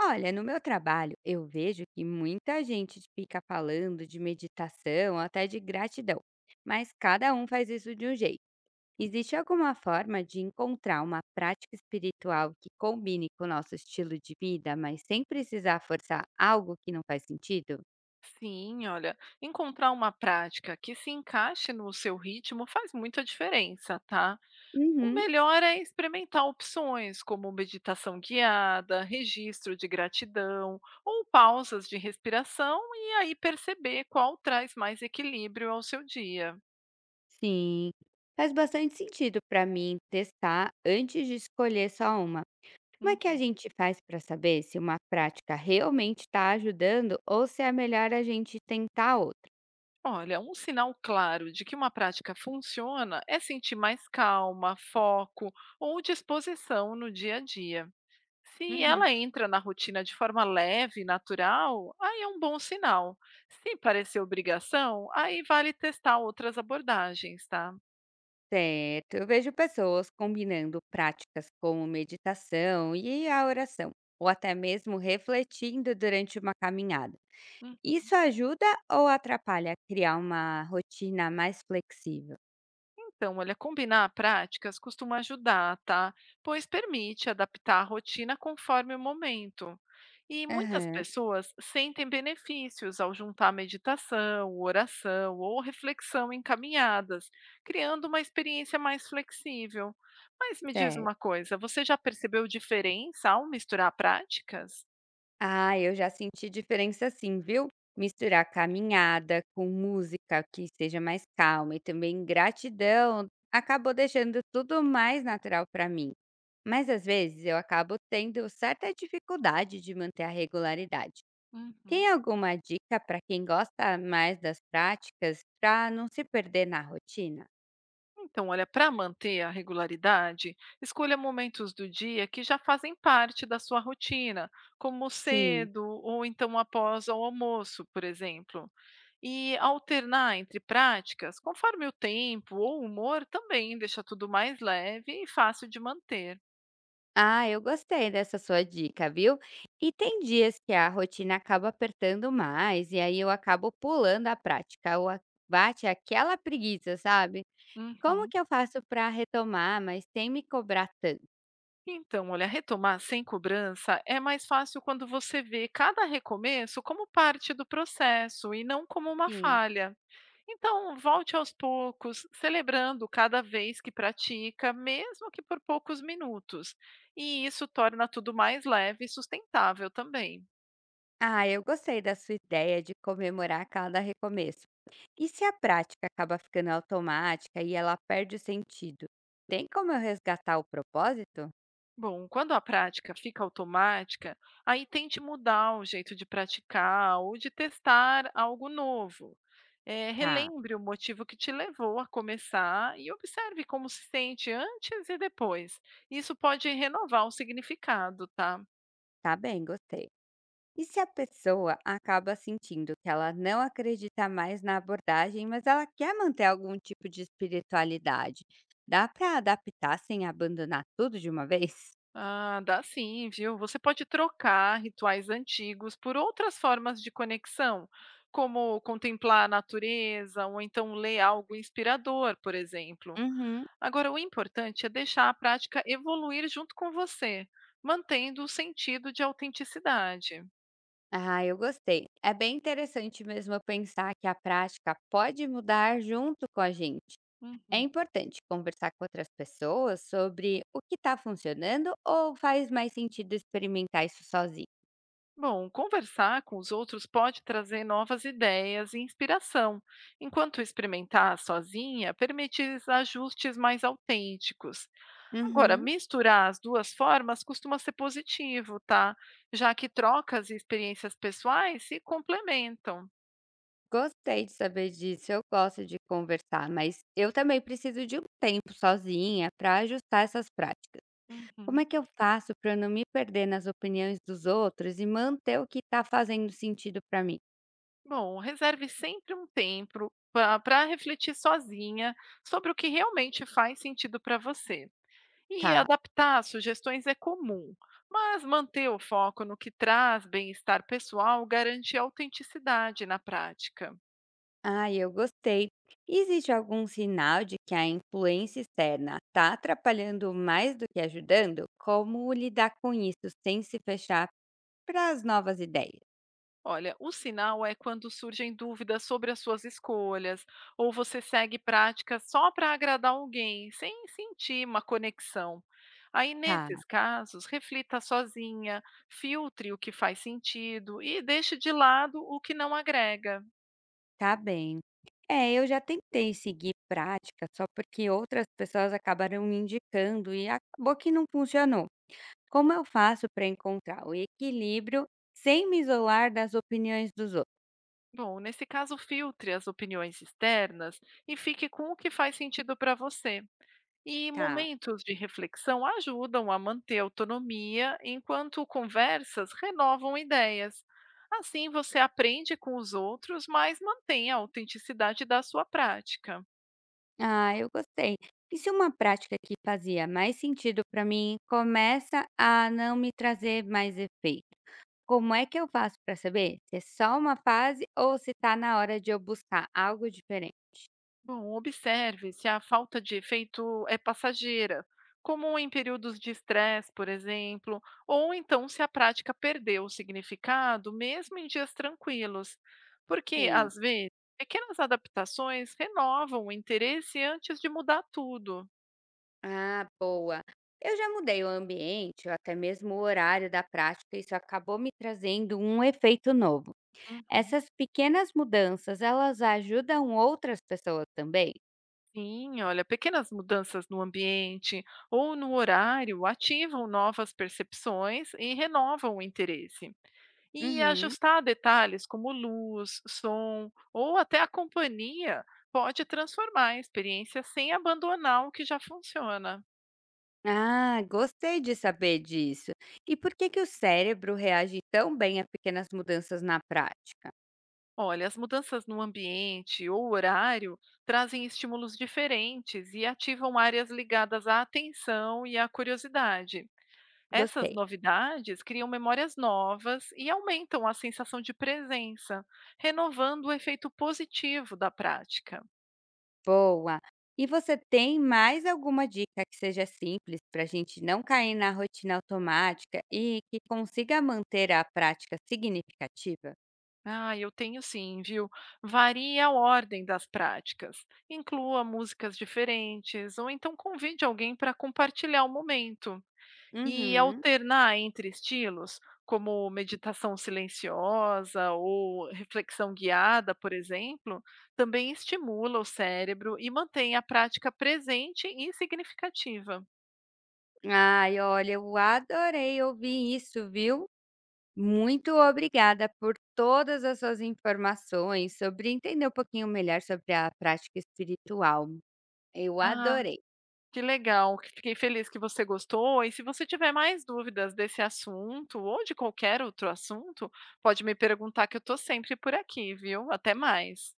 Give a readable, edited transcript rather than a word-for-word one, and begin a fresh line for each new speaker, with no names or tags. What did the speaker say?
Olha, no meu trabalho, eu vejo que muita gente fica falando de meditação, até de gratidão, mas cada um faz isso de um jeito. Existe alguma forma de encontrar uma prática espiritual que combine com o nosso estilo de vida, mas sem precisar forçar algo que não faz sentido?
Sim, olha, encontrar uma prática que se encaixe no seu ritmo faz muita diferença, tá? O
Uhum,
melhor é experimentar opções como meditação guiada, registro de gratidão ou pausas de respiração e aí perceber qual traz mais equilíbrio ao seu dia.
sim. Faz bastante sentido para mim testar antes de escolher só uma. Como é que a
Uhum.
gente faz para saber se uma prática realmente está ajudando ou se é melhor a gente tentar outra?
Olha, um sinal claro de que uma prática funciona é sentir mais calma, foco ou disposição no dia a dia. Se
Uhum.
ela entra na rotina de forma leve e natural, aí é um bom sinal. Se parecer obrigação, aí vale testar outras abordagens, tá?
Certo, eu vejo pessoas combinando práticas como meditação e a oração, ou até mesmo refletindo durante uma caminhada. Isso ajuda ou atrapalha a criar uma rotina mais flexível?
Então, olha, combinar práticas costuma ajudar, tá? Pois permite adaptar a rotina conforme o momento. E muitas
Aham,
pessoas sentem benefícios ao juntar meditação, oração ou reflexão em caminhadas, criando uma experiência mais flexível. Mas me diz
certo.
uma coisa, você já percebeu diferença ao misturar práticas?
Ah, eu já senti diferença sim, viu? Misturar caminhada com música que seja mais calma e também gratidão acabou deixando tudo mais natural para mim. Mas às vezes eu acabo tendo certa dificuldade de manter a regularidade.
Uhum.
Tem alguma dica para quem gosta mais das práticas para não se perder na rotina?
Então, olha, para manter a regularidade, escolha momentos do dia que já fazem parte da sua rotina, como
Sim.
cedo ou então após o almoço, por exemplo. E alternar entre práticas, conforme o tempo ou o humor, também deixa tudo mais leve e fácil de manter.
Ah, eu gostei dessa sua dica, viu? E tem dias que a rotina acaba apertando mais, e aí eu acabo pulando a prática, ou bate aquela preguiça, sabe? Como
Uhum.
que eu faço para retomar, mas sem me cobrar tanto?
Então, olha, retomar sem cobrança é mais fácil quando você vê cada recomeço como parte do processo e não como uma
Sim.
falha. Então, volte aos poucos, celebrando cada vez que pratica, mesmo que por poucos minutos. E isso torna tudo mais leve e sustentável também.
Ah, eu gostei da sua ideia de comemorar cada recomeço. E se a prática acaba ficando automática e ela perde o sentido? Tem como eu resgatar o propósito?
Bom, quando a prática fica automática, aí tente mudar o jeito de praticar ou de testar algo novo.
Tá,
Relembre o motivo que te levou a começar e observe como se sente antes e depois. Isso pode renovar o significado, tá?
tá bem, gostei. E se a pessoa acaba sentindo que ela não acredita mais na abordagem, mas ela quer manter algum tipo de espiritualidade, dá para adaptar sem abandonar tudo de uma vez?
Ah, dá sim, viu? Você pode trocar rituais antigos por outras formas de conexão, como contemplar a natureza ou então ler algo inspirador, por exemplo.
Uhum.
Agora, o importante é deixar a prática evoluir junto com você, mantendo o sentido de autenticidade.
Ah, eu gostei. É bem interessante mesmo eu pensar que a prática pode mudar junto com a gente. É
Uhum.
importante conversar com outras pessoas sobre o que está funcionando ou faz mais sentido experimentar isso sozinho.
Bom, conversar com os outros pode trazer novas ideias e inspiração, enquanto experimentar sozinha permite ajustes mais autênticos. Agora,
Uhum.
misturar as 2 formas costuma ser positivo, tá? Já que trocas e experiências pessoais se complementam.
Gostei de saber disso, eu gosto de conversar, mas eu também preciso de um tempo sozinha para ajustar essas práticas. Como
Uhum.
é que eu faço para não me perder nas opiniões dos outros e manter o que está fazendo sentido para mim?
Bom, reserve sempre um tempo para refletir sozinha sobre o que realmente faz sentido para você. E
Tá.
adaptar sugestões é comum, mas manter o foco no que traz bem-estar pessoal garante autenticidade na prática.
Ah, eu gostei. Existe algum sinal de que a influência externa está atrapalhando mais do que ajudando? Como lidar com isso sem se fechar para as novas ideias?
Olha, o sinal é quando surgem dúvidas sobre as suas escolhas, ou você segue práticas só para agradar alguém, sem sentir uma conexão. Aí,
Tá.
nesses casos, reflita sozinha, filtre o que faz sentido e deixe de lado o que não agrega.
Tá bem. É, eu já tentei seguir prática, só porque outras pessoas acabaram me indicando e acabou que não funcionou. Como eu faço para encontrar o equilíbrio sem me isolar das opiniões dos outros?
Bom, nesse caso, filtre as opiniões externas e fique com o que faz sentido para você. E
Tá.
momentos de reflexão ajudam a manter a autonomia, enquanto conversas renovam ideias. Assim, você aprende com os outros, mas mantém a autenticidade da sua prática.
Ah, eu gostei. E se uma prática que fazia mais sentido para mim começa a não me trazer mais efeito? Como é que eu faço para saber se é só uma fase ou se está na hora de eu buscar algo diferente?
Bom, observe se a falta de efeito é passageira, como em períodos de estresse, por exemplo, ou então se a prática perdeu o significado, mesmo em dias tranquilos, porque
Sim.
às vezes pequenas adaptações renovam o interesse antes de mudar tudo.
Ah, boa. Eu já mudei o ambiente, ou até mesmo o horário da prática, isso acabou me trazendo um efeito novo.
Uhum.
Essas pequenas mudanças, elas ajudam outras pessoas também?
Sim, olha, pequenas mudanças no ambiente ou no horário ativam novas percepções e renovam o interesse. E
Uhum.
ajustar detalhes como luz, som ou até a companhia pode transformar a experiência sem abandonar o que já funciona.
Ah, gostei de saber disso. E por que que o cérebro reage tão bem a pequenas mudanças na prática?
Olha, as mudanças no ambiente ou horário trazem estímulos diferentes e ativam áreas ligadas à atenção e à curiosidade. Essas
Gostei.
novidades criam memórias novas e aumentam a sensação de presença, renovando o efeito positivo da prática.
Boa. E você tem mais alguma dica que seja simples para a gente não cair na rotina automática e que consiga manter a prática significativa?
Ah, eu tenho sim, viu? Varie a ordem das práticas. Inclua músicas diferentes, ou então convide alguém para compartilhar o momento. E
Uhum.
alternar entre estilos, como meditação silenciosa ou reflexão guiada, por exemplo, também estimula o cérebro e mantém a prática presente e significativa.
Ai, olha, eu adorei ouvir isso, viu? Muito obrigada por todas as suas informações sobre entender um pouquinho melhor sobre a prática espiritual. Eu
Ah,
adorei.
que legal, que fiquei feliz que você gostou. E se você tiver mais dúvidas desse assunto ou de qualquer outro assunto, pode me perguntar que eu estou sempre por aqui, viu? Até mais.